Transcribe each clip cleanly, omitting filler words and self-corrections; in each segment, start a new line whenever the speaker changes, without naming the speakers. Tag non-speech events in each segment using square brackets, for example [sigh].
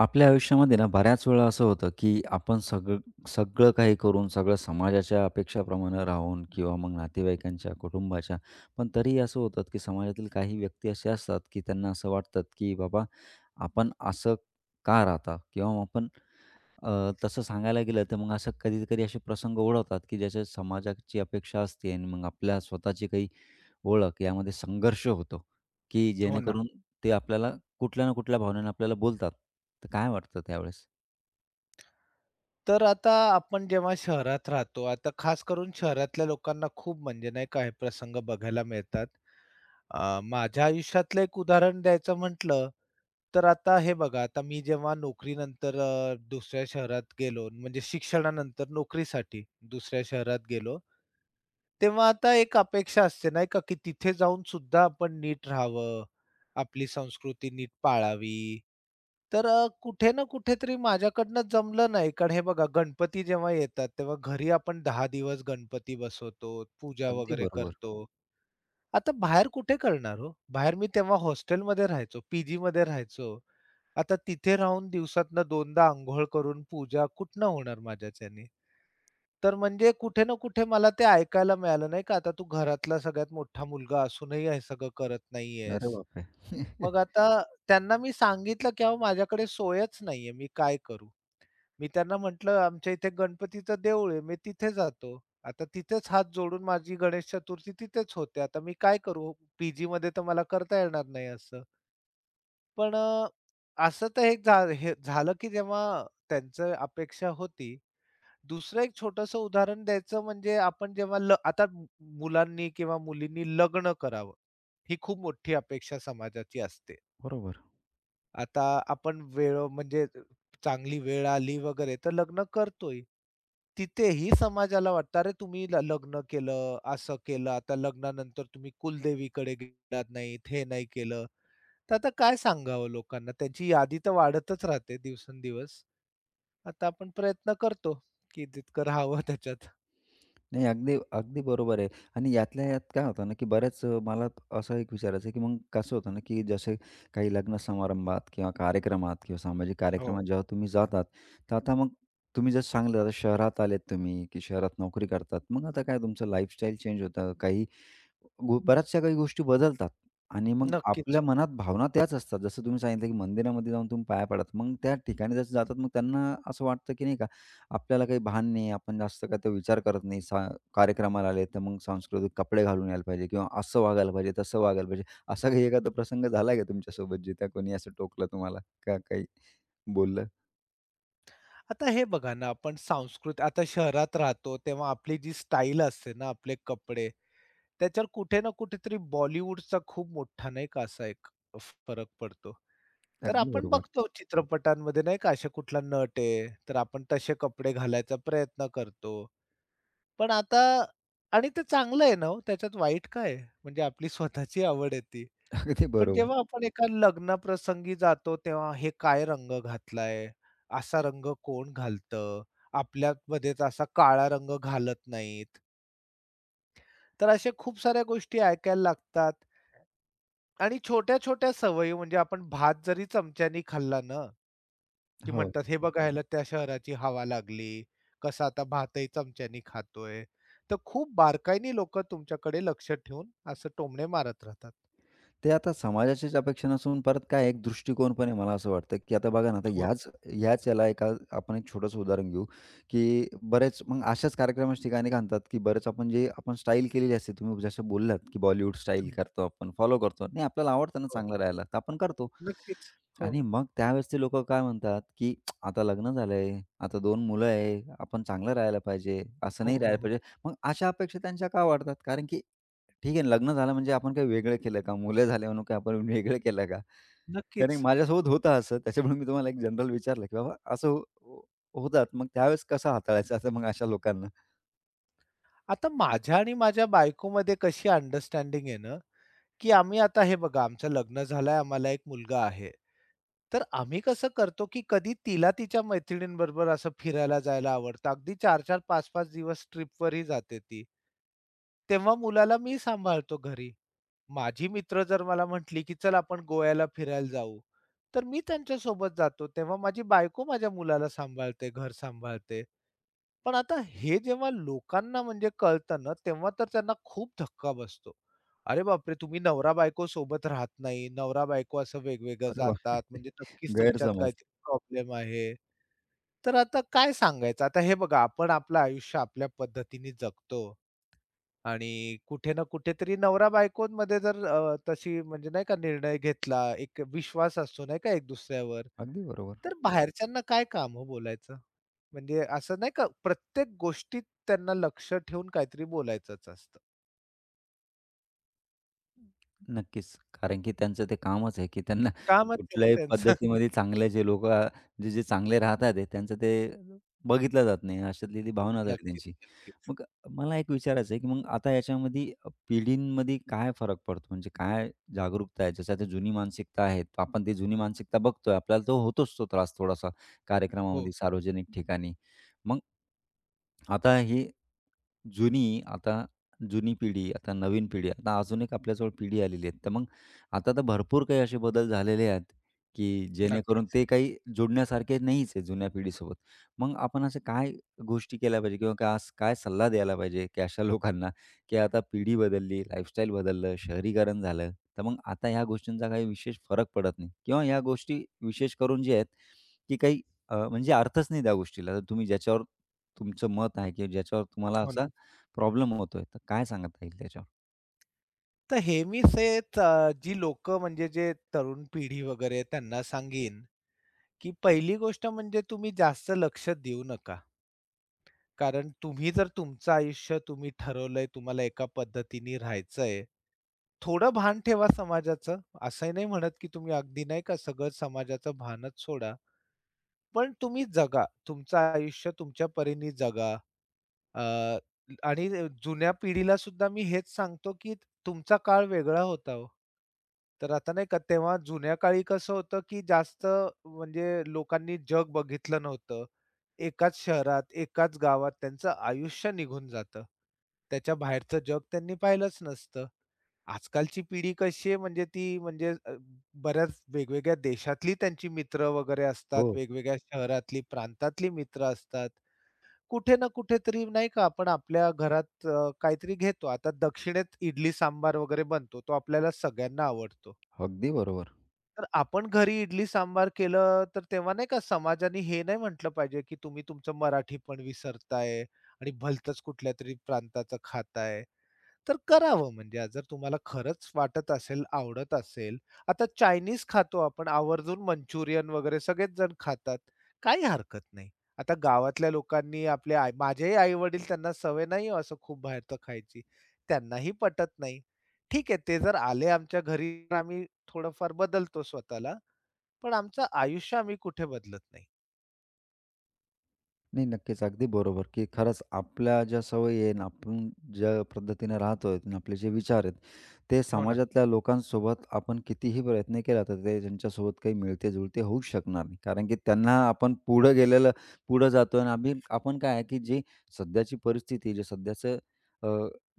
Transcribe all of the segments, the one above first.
आपल्या आयुष्यामध्ये ना बऱ्याच वेळा असं होतं, की आपण सगळं सगळं काही करून, सगळं समाजाच्या अपेक्षाप्रमाणे राहून किंवा मग नातेवाईकांच्या, कुटुंबाच्या, पण तरीही असं होतं, की समाजातील काही व्यक्ती असे असतात, की त्यांना असं वाटतात, की बाबा आपण असं का राहता? किंवा आपण तसं सांगायला गेलं तर मग असं कधी-कधी असे प्रसंग ओढवतात, की ज्याच्यात समाजाची अपेक्षा असते आणि मग आपल्या स्वतःची काही ओळख यामध्ये संघर्ष होतो, की
हो ना.
जेणेकरून ते आपल्याला कुठल्या ना कुठल्या भावनेने आपल्याला बोलतात. तर काय वाटतं त्यावेळेस?
तर आता आपण जेव्हा शहरात राहतो, आता खास करून शहरातल्या लोकांना खूप म्हणजे नाही का प्रसंग बघायला मिळतात. माझ्या आयुष्यातलं एक उदाहरण द्यायचं म्हटलं, तर आता हे बघा, आता मी जेव्हा नोकरीनंतर दुसऱ्या शहरात गेलो, म्हणजे शिक्षणानंतर नोकरीसाठी दुसऱ्या शहरात गेलो. तेव्हा आता एक अपेक्षा असते नाही का, की तिथे जाऊन सुद्धा आपण नीट राहावं, आपली संस्कृती नीट पाळावी. तर कुठे ना कुठेतरी माझ्याकडनं जमलं नाही. कारण हे बघा गणपती जेव्हा येतात, तेव्हा घरी आपण 10 दिवस गणपती बसवतो, पूजा
अगदी
वगैरे
बरोबर.
करतो. आता बाहेर कुठे करणार हो? बाहेर मी तेव्हा हॉस्टेलमध्ये राहायचो, पीजीमध्ये राहायचो. आता तिथे राहून दिवसातनं 2दा अंघोळ करून पूजा कुठनं होणार माझ्याच्याने? तर म्हणजे कुठे ना कुठे मला ते ऐकायला मिळालं नाही का, आता तू घरातला सगळ्यात मोठा मुलगा असूनही हे सगळं करत नाहीयेस.
अरे बापरे! [laughs]
मग आता त्यांना मी सांगितलं, की अहो माझ्याकडे सोयच नाहीये, मी काय करू? मी त्यांना म्हटलं, "आमच्या इथे गणपतीचं देऊळ आहे, मी तिथे जातो. आता तिथेच हात जोडून माझी गणेश चतुर्थी तिथेच होते. आता मी काय करू? पीजीमध्ये तर मला करता येणार नाही असं." पण असं तर हे झालं, की जेव्हा त्यांचं अपेक्षा होती दुसरं एक छोटंसं उदाहरण द्यायचं म्हणजे आपण जेव्हा आता मुलांनी किंवा मुलींनी लग्न करावं, ही खूप मोठी अपेक्षा समाजाची असते.
बरोबर.
आता आपण वेळ म्हणजे चांगली वेळ आली वगैरे तर लग्न करतोय. तिथेही समाजाला वाटतं, "अरे तुम्ही लग्न केलं, असं केलं, आता लग्नानंतर तुम्ही कुलदेवीकडे गेलात नाहीत, हे नाही केलं." तर आता काय सांगावं लोकांना? त्यांची यादी तर वाढतच राहते दिवसेंदिवस. आता आपण प्रयत्न करतो, की जितकं राहावं त्याच्यात.
नाही, अगदी अगदी बरोबर आहे. आणि यातल्या यात काय होतं ना, की बऱ्याच मला असं एक विचारायचं आहे, की मग कसं होतं ना, की जसे काही लग्न समारंभात किंवा कार्यक्रमात किंवा सामाजिक
हो.
कार्यक्रमात जेव्हा तुम्ही जातात, तर आता मग तुम्ही जसं सांगितलं आता शहरात आलेत तुम्ही, की शहरात नोकरी करतात. मग आता काय तुमचं लाईफस्टाईल चेंज होतं. काही गो बऱ्याचशा काही गोष्टी बदलतात आणि मग
नक्कीच
आपल्या
हो.
मनात भावना त्याच असतात. जसं तुम्ही सांगितलं, की मंदिरामध्ये जाऊन तुम्ही पाया पडत. मग त्या ठिकाणी जसं जातात, मग त्यांना असं वाटतं, की नाही का आपल्याला काही भान नाही, आपण जास्त काय तो विचार करत नाही. कार्यक्रमाला आले, तर मग सांस्कृतिक कपडे घालून यायला पाहिजे किंवा असं वागायला पाहिजे, तसं वागायला पाहिजे. असा काही एखादा प्रसंग झाला का तुमच्यासोबत जिथे कोणी असं टोकलं तुम्हाला का काही बोललं?
आता हे बघा ना, आपण आता शहरात राहतो, तेव्हा आपली जी स्टाईल असते ना, आपले कपडे, त्याच्यावर कुठे ना कुठेतरी बॉलिवूडचा खूप मोठा नाही का असा एक फ फरक पडतो. तर
अगदी
आपण
बरोबर.
बघतो चित्रपटांमध्ये नाही का असा कुठला नट आहे, तर आपण तसे कपडे घालायचा प्रयत्न करतो. पण आता आणि ते चांगलं आहे ना हो, त्याच्यात वाईट काय आहे? म्हणजे आपली स्वतःची आवड आहे ती.
[laughs] अगदी
पण
बरोबर.
जेव्हा आपण एका लग्नप्रसंगी जातो, तेव्हा हे काय रंग घातलाय? असा रंग कोण घालतं? आपल्यामध्येच असा काळा रंग घालत नाहीत. तर अशा खूप साऱ्या गोष्टी ऐकायला लागतात आणि छोट्या-छोट्या सवयी म्हणजे आपण भात जरी चमच्यानी खाल्ला ना, की
हो.
म्हणतात, "हे बघा ह्याला त्या शहराची हवा लागली. कसा आता भातही चमच्यानी खातोय." तर खूप बारकाईने लोकं तुमच्याकडे लक्ष ठेवून असं टोमणे मारत राहतात.
ते आता समाजाचीच अपेक्षा नसून परत काय एक दृष्टिकोन पण आहे मला असं वाटतं, की आता बघा ना, आता
हो, ना.
ह्याच ह्याच याला एका आपण एक छोटंसं उदाहरण घेऊ, की बरेच मग अशाच कार्यक्रमाच्या ठिकाणी घालतात, की बरेच आपण स्टाईल केलेली असते. तुम्ही जसं बोललात, की बॉलिवूड स्टाईल करतो आपण, फॉलो करतो. नाही आपल्याला आवडतं ना
हो.
चांगलं राहायला, तर आपण करतो.
नक्कीच. हो.
आणि मग त्यावेळेसचे लोकं काय म्हणतात, की आता लग्न झालंय, आता 2 मुलं आहे, आपण चांगलं राहायला पाहिजे, असं
हो,
नाही
हो,
राहायला
हो.
पाहिजे. मग अशा अपेक्षा त्यांच्या का वाढतात? कारण की ठीक आहे, लग्न झालं म्हणजे आपण काही वेगळं केलं का? मुलं झाले म्हणून काय आपण वेगळं केलं का? कारण की
नक्कीच.
माझ्यासोबत होतं असं. त्याच्यामुळे मी तुम्हाला एक जनरल विचारलं, की बाबा असं हो हो होतात. मग त्यावेळेस कसं हाताळायचं असं मग अशा लोकांना?
आता माझ्या आणि माझ्या बायकोमध्ये कशी अंडरस्टँडिंग आहे ना, की आम्ही आता हे बघा आमचं लग्न झालंय, आम्हाला एक मुलगा आहे. तर आम्ही कसं करतो, की कधी तिला तिच्या मैत्रिणींबरोबर असं फिरायला जायला आवडतं. अगदी 4 चार 5-5 दिवस ट्रिपवरही जाते ती. तेव्हा मुलाला मी सांभाळतो घरी. माझी मित्र जर मला म्हटली, की "चल आपण गोव्याला फिरायला जाऊ." तर मी त्यांच्यासोबत जातो. तेव्हा माझी बायको माझ्या मुलाला सांभाळते, घर सांभाळते. पण आता हे जेव्हा लोकांना म्हणजे कळतं ना, तेव्हा तर त्यांना खूप धक्का बसतो. अरे बापरे! तुम्ही नवरा-बायको सोबत राहत नाही. नवरा-बायको असं वेगवेगळं
अरे बाप!
जातात.
[laughs]
म्हणजे नक्कीच तुमच्यात
गैरसमज.
काहीतरी प्रॉब्लेम आहे. तर आता काय सांगायचं? आता हे बघा, आपण आपलं आयुष्य आपल्या पद्धतीने जगतो आणि कुठे ना कुठेतरी नवरा-बायकोंमध्ये जर तशी म्हणजे नाही का निर्णय घेतला, एक विश्वास असतो नाही का एक दुसऱ्यावर,
अगदी बरोबर.
तर बाहेरच्यांना काय काम हो बोलायचं? म्हणजे असं नाही का प्रत्येक गोष्टीत त्यांना लक्ष ठेवून काहीतरी बोलायचंच असतं.
नक्कीच. कारण की त्यांचं ते कामच आहे, की त्यांना
कामच आहे ना
कुठल्याही
त्यांचं. [laughs]
पद्धतीमध्ये चांगले जे लोकं जे जे चांगले राहतात आहे, त्यांचं ते बघितलं जात नाही. अशातली ती भावना झाली
नक्कीच,
त्यांची.
नक्कीच.
मग मला एक विचारायचं आहे, की मग आता याच्यामध्ये पिढींमध्ये काय फरक पडतो? म्हणजे काय जागरूकता आहे? जसं आता जुनी मानसिकता आहे, तर आपण ती जुनी मानसिकता बघतोय. आपल्याला तो होतोच तो त्रास थोडासा
हो,
कार्यक्रमामध्ये, सार्वजनिक ठिकाणी. मग आता ही जुनी आता जुनी पिढी, आता नवीन पिढी, आता अजून एक आपल्याजवळ पिढी आलेली आहे. तर मग आता तर भरपूर काही असे बदल झालेले आहेत, की जेणेकरून
नक्कीच.
ते काही जोडण्यासारखे नाहीच आहे जुन्या पिढीसोबत. मग आपण अशा काय गोष्टी केल्या पाहिजे किंवा का काय सल्ला द्यायला पाहिजे, की अशा लोकांना, की आता पिढी बदलली, लाईफस्टाईल बदललं, शहरीकरण झालं, तर मग आता ह्या गोष्टींचा काही विशेष फरक पडत नाही किंवा ह्या गोष्टी विशेष करून जे आहेत, की काही म्हणजे अर्थच नाही त्या गोष्टीला. तर तुम्ही ज्याच्यावर तुमचं मत आहे किंवा ज्याच्यावर तुम्हाला
हो ना.
असा प्रॉब्लेम होतोय. तर काय सांगता येईल त्याच्यावर?
तर हे मी जी लोक म्हणजे जे तरुण पिढी वगैरे आहे, त्यांना सांगेन, की पहिली गोष्ट म्हणजे तुम्ही जास्त लक्ष देऊ नका. कारण तुम्ही जर तुमचं आयुष्य तुम्ही ठरवलंय, तुम्हाला एका पद्धतीने राहायचंय. थोडं भान ठेवा समाजाचं. असंही नाही म्हणत, की तुम्ही अगदी नाही का सगळं समाजाचं भानच सोडा. पण तुम्ही जगा. तुमचं आयुष्य तुमच्या परीने जगा. अ, आणि जुन्या पिढीला सुद्धा मी हेच सांगतो, की तुमचा काळ वेगळा होता हो. तर आता नाही का तेव्हा जुन्या काळी कसं होतं, की जास्त म्हणजे लोकांनी जग बघितलं नव्हतं. एकाच शहरात, एकाच गावात त्यांचं आयुष्य निघून जातं. त्याच्या बाहेरचं जग त्यांनी पाहिलंच नसतं. आजकालची पिढी कशी आहे म्हणजे ती म्हणजे बऱ्याच वेगवेगळ्या देशातली त्यांची मित्र वगैरे असतात,
हो,
वेगवेगळ्या शहरातली, प्रांतातली मित्र असतात. कुठे ना कुठेतरी नाही का आपण आपल्या घरात काहीतरी घेतो. आता दक्षिणेत इडली सांबार वगैरे बनतो, तो आपल्याला सगळ्यांना आवडतो.
अगदी बरोबर.
तर आपण घरी इडली सांबार केलं, तर तेव्हा नाही का समाजाने हे नाही म्हटलं पाहिजे, की तुम्ही तुमचं मराठी पण विसरताय आणि भलतंच कुठल्यातरी प्रांताचं खाताय. तर करावं म्हणजे आज जर तुम्हाला खरंच वाटत असेल, आवडत असेल. आता चायनीज खातो आपण आवर्जून मंचुरियन वगैरे सगळेच जण खातात. काही हरकत नाही. आता गावातल्या लोकांनी आपले आई माझेही आई-वडील त्यांना सवय नाही हो असं खूप बाहेरचं खायची. त्यांनाही पटत नाही. ठीक आहे ते जर आले आमच्या घरी तर आम्ही थोडंफार बदलतो स्वतःला. पण आमचं आयुष्य आम्ही कुठे बदलत नाही.
नाही, नक्कीच. अगदी बरोबर, की खरंच आपल्या ज्या सवयी आहे आणि आपण ज्या पद्धतीने राहतोय आणि आपले जे विचार आहेत, ते
हो ना.
समाजातल्या लोकांसोबत आपण कितीही प्रयत्न केला, तर ते त्यांच्यासोबत काही मिळते-जुळते होऊच शकणार नाही. कारण की त्यांना आपण पुढं जातोय आणि आपण काय आहे, की जी सध्याची परिस्थिती, जे सध्याचं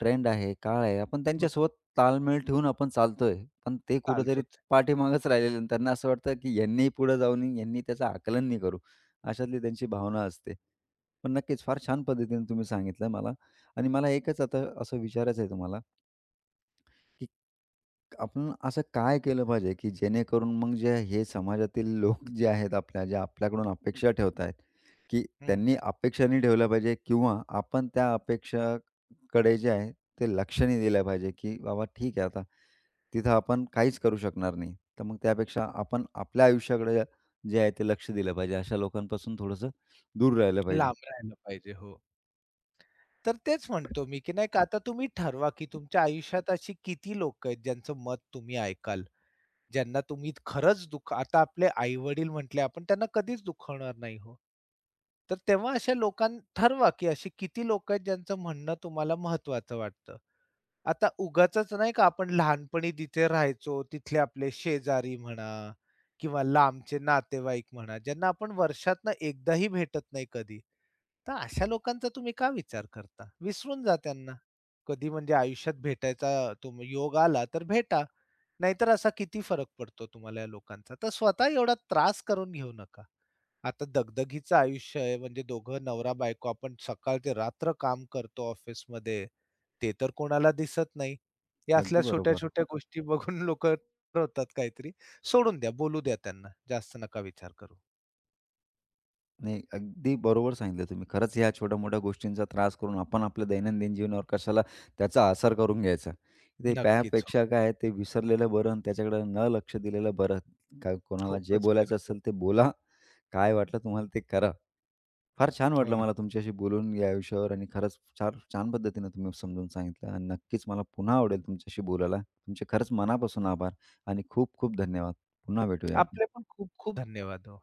ट्रेंड आहे, काळ आहे, आपण
हो ना.
त्यांच्यासोबत ताळमेळ ठेवून आपण चालतोय. पण ते कुठेतरी
चालतोच.
पाठीमागेच राहिलेले आणि त्यांना असं वाटतं, की यांनीही पुढे जाऊ नये, यांनी त्याचं आकलन नाही करू. अशातली त्यांची भावना असते. पण नक्कीच फार छान पद्धतीने तुम्ही सांगितलं मला आणि मला एकच आता असं विचारायचं आहे तुम्हाला, की आपण असं काय केलं पाहिजे, की जेणेकरून मग जे हे समाजातील लोक जे आहेत आपल्या, जे आपल्याकडून अपेक्षा ठेवत आहेत, की
हं.
त्यांनी अपेक्षा नाही ठेवल्या पाहिजे किंवा आपण त्या अपेक्षाकडे जे आहे ते लक्ष नाही दिलं पाहिजे, की बाबा ठीक आहे आता तिथं आपण काहीच करू शकणार नाही. तर मग त्यापेक्षा आपण आपल्या आयुष्याकडे जे आहे ते लक्ष दिलं पाहिजे. अशा लोकांपासून थोडंसं दूर राहिलं पाहिजे.
लांब राहायला पाहिजे. हो. तर तेच म्हणतो मी, की नाही का आता तुम्ही ठरवा, की तुमच्या आयुष्यात अशी किती लोक आहेत ज्यांचं मत तुम्ही ऐकाल, ज्यांना तुम्ही खरंच आता आपले आई-वडील म्हटले आपण त्यांना कधीच दुखवणार नाही हो. तर तेव्हा अशा लोकां ठरवा, की अशी किती लोक आहेत ज्यांचं म्हणणं तुम्हाला महत्वाचं वाटतं. आता उगाचच नाही का आपण लहानपणी जिथे राहायचो, तिथले आपले शेजारी म्हणा किंवा लांबचे नातेवाईक म्हणा, ज्यांना आपण वर्षातनं एकदाही भेटत नाही कधी. तर अशा लोकांचा तुम्ही का विचार करता? विसरून जा त्यांना. कधी म्हणजे आयुष्यात भेटायचा तुम्ही योग आला तर भेटा. नाहीतर असा किती फरक पडतो तुम्हाला या लोकांचा. तर स्वतः एवढा त्रास करून घेऊ नका. आता दगदगीचं आयुष्य आहे म्हणजे दोघं नवरा-बायको आपण सकाळ ते रात्र काम करतो ऑफिसमध्ये. ते तर कोणाला दिसत नाही. या
अगदी
असल्या
बरोबर.
छोट्या-छोट्या गोष्टी बघून [laughs] लोकं ठरवतात काहीतरी. सोडून द्या, बोलू द्या त्यांना. जास्त नका विचार करू.
नाही, अगदी बरोबर सांगितलं तुम्ही. खरंच ह्या छोट्या-मोठ्या गोष्टींचा त्रास करून आपण आपल्या दैनंदिन जीवनावर कशाला त्याचा आसर करून घ्यायचा. ते
नक्कीच हो.
त्यापेक्षा काय आहे ते विसरलेलं बरं आणि त्याच्याकडे न लक्ष दिलेलं बरं. का कोणाला जे
खूपच बरं.
बोलायचं
हो.
असेल ते बोला. काय वाटलं तुम्हाला ते करा. फार छान
हो
वाटलं
ना.
मला तुमच्याशी बोलून या विषयावर आणि खरंच फार छान पद्धतीनं तुम्ही समजून सांगितलं आणि नक्कीच मला पुन्हा आवडेल तुमच्याशी बोलायला. तुमचे खरंच मनापासून आभार आणि खूप खूप धन्यवाद. पुन्हा भेटूया आपण.
आपले पण खूप खूप धन्यवाद हो.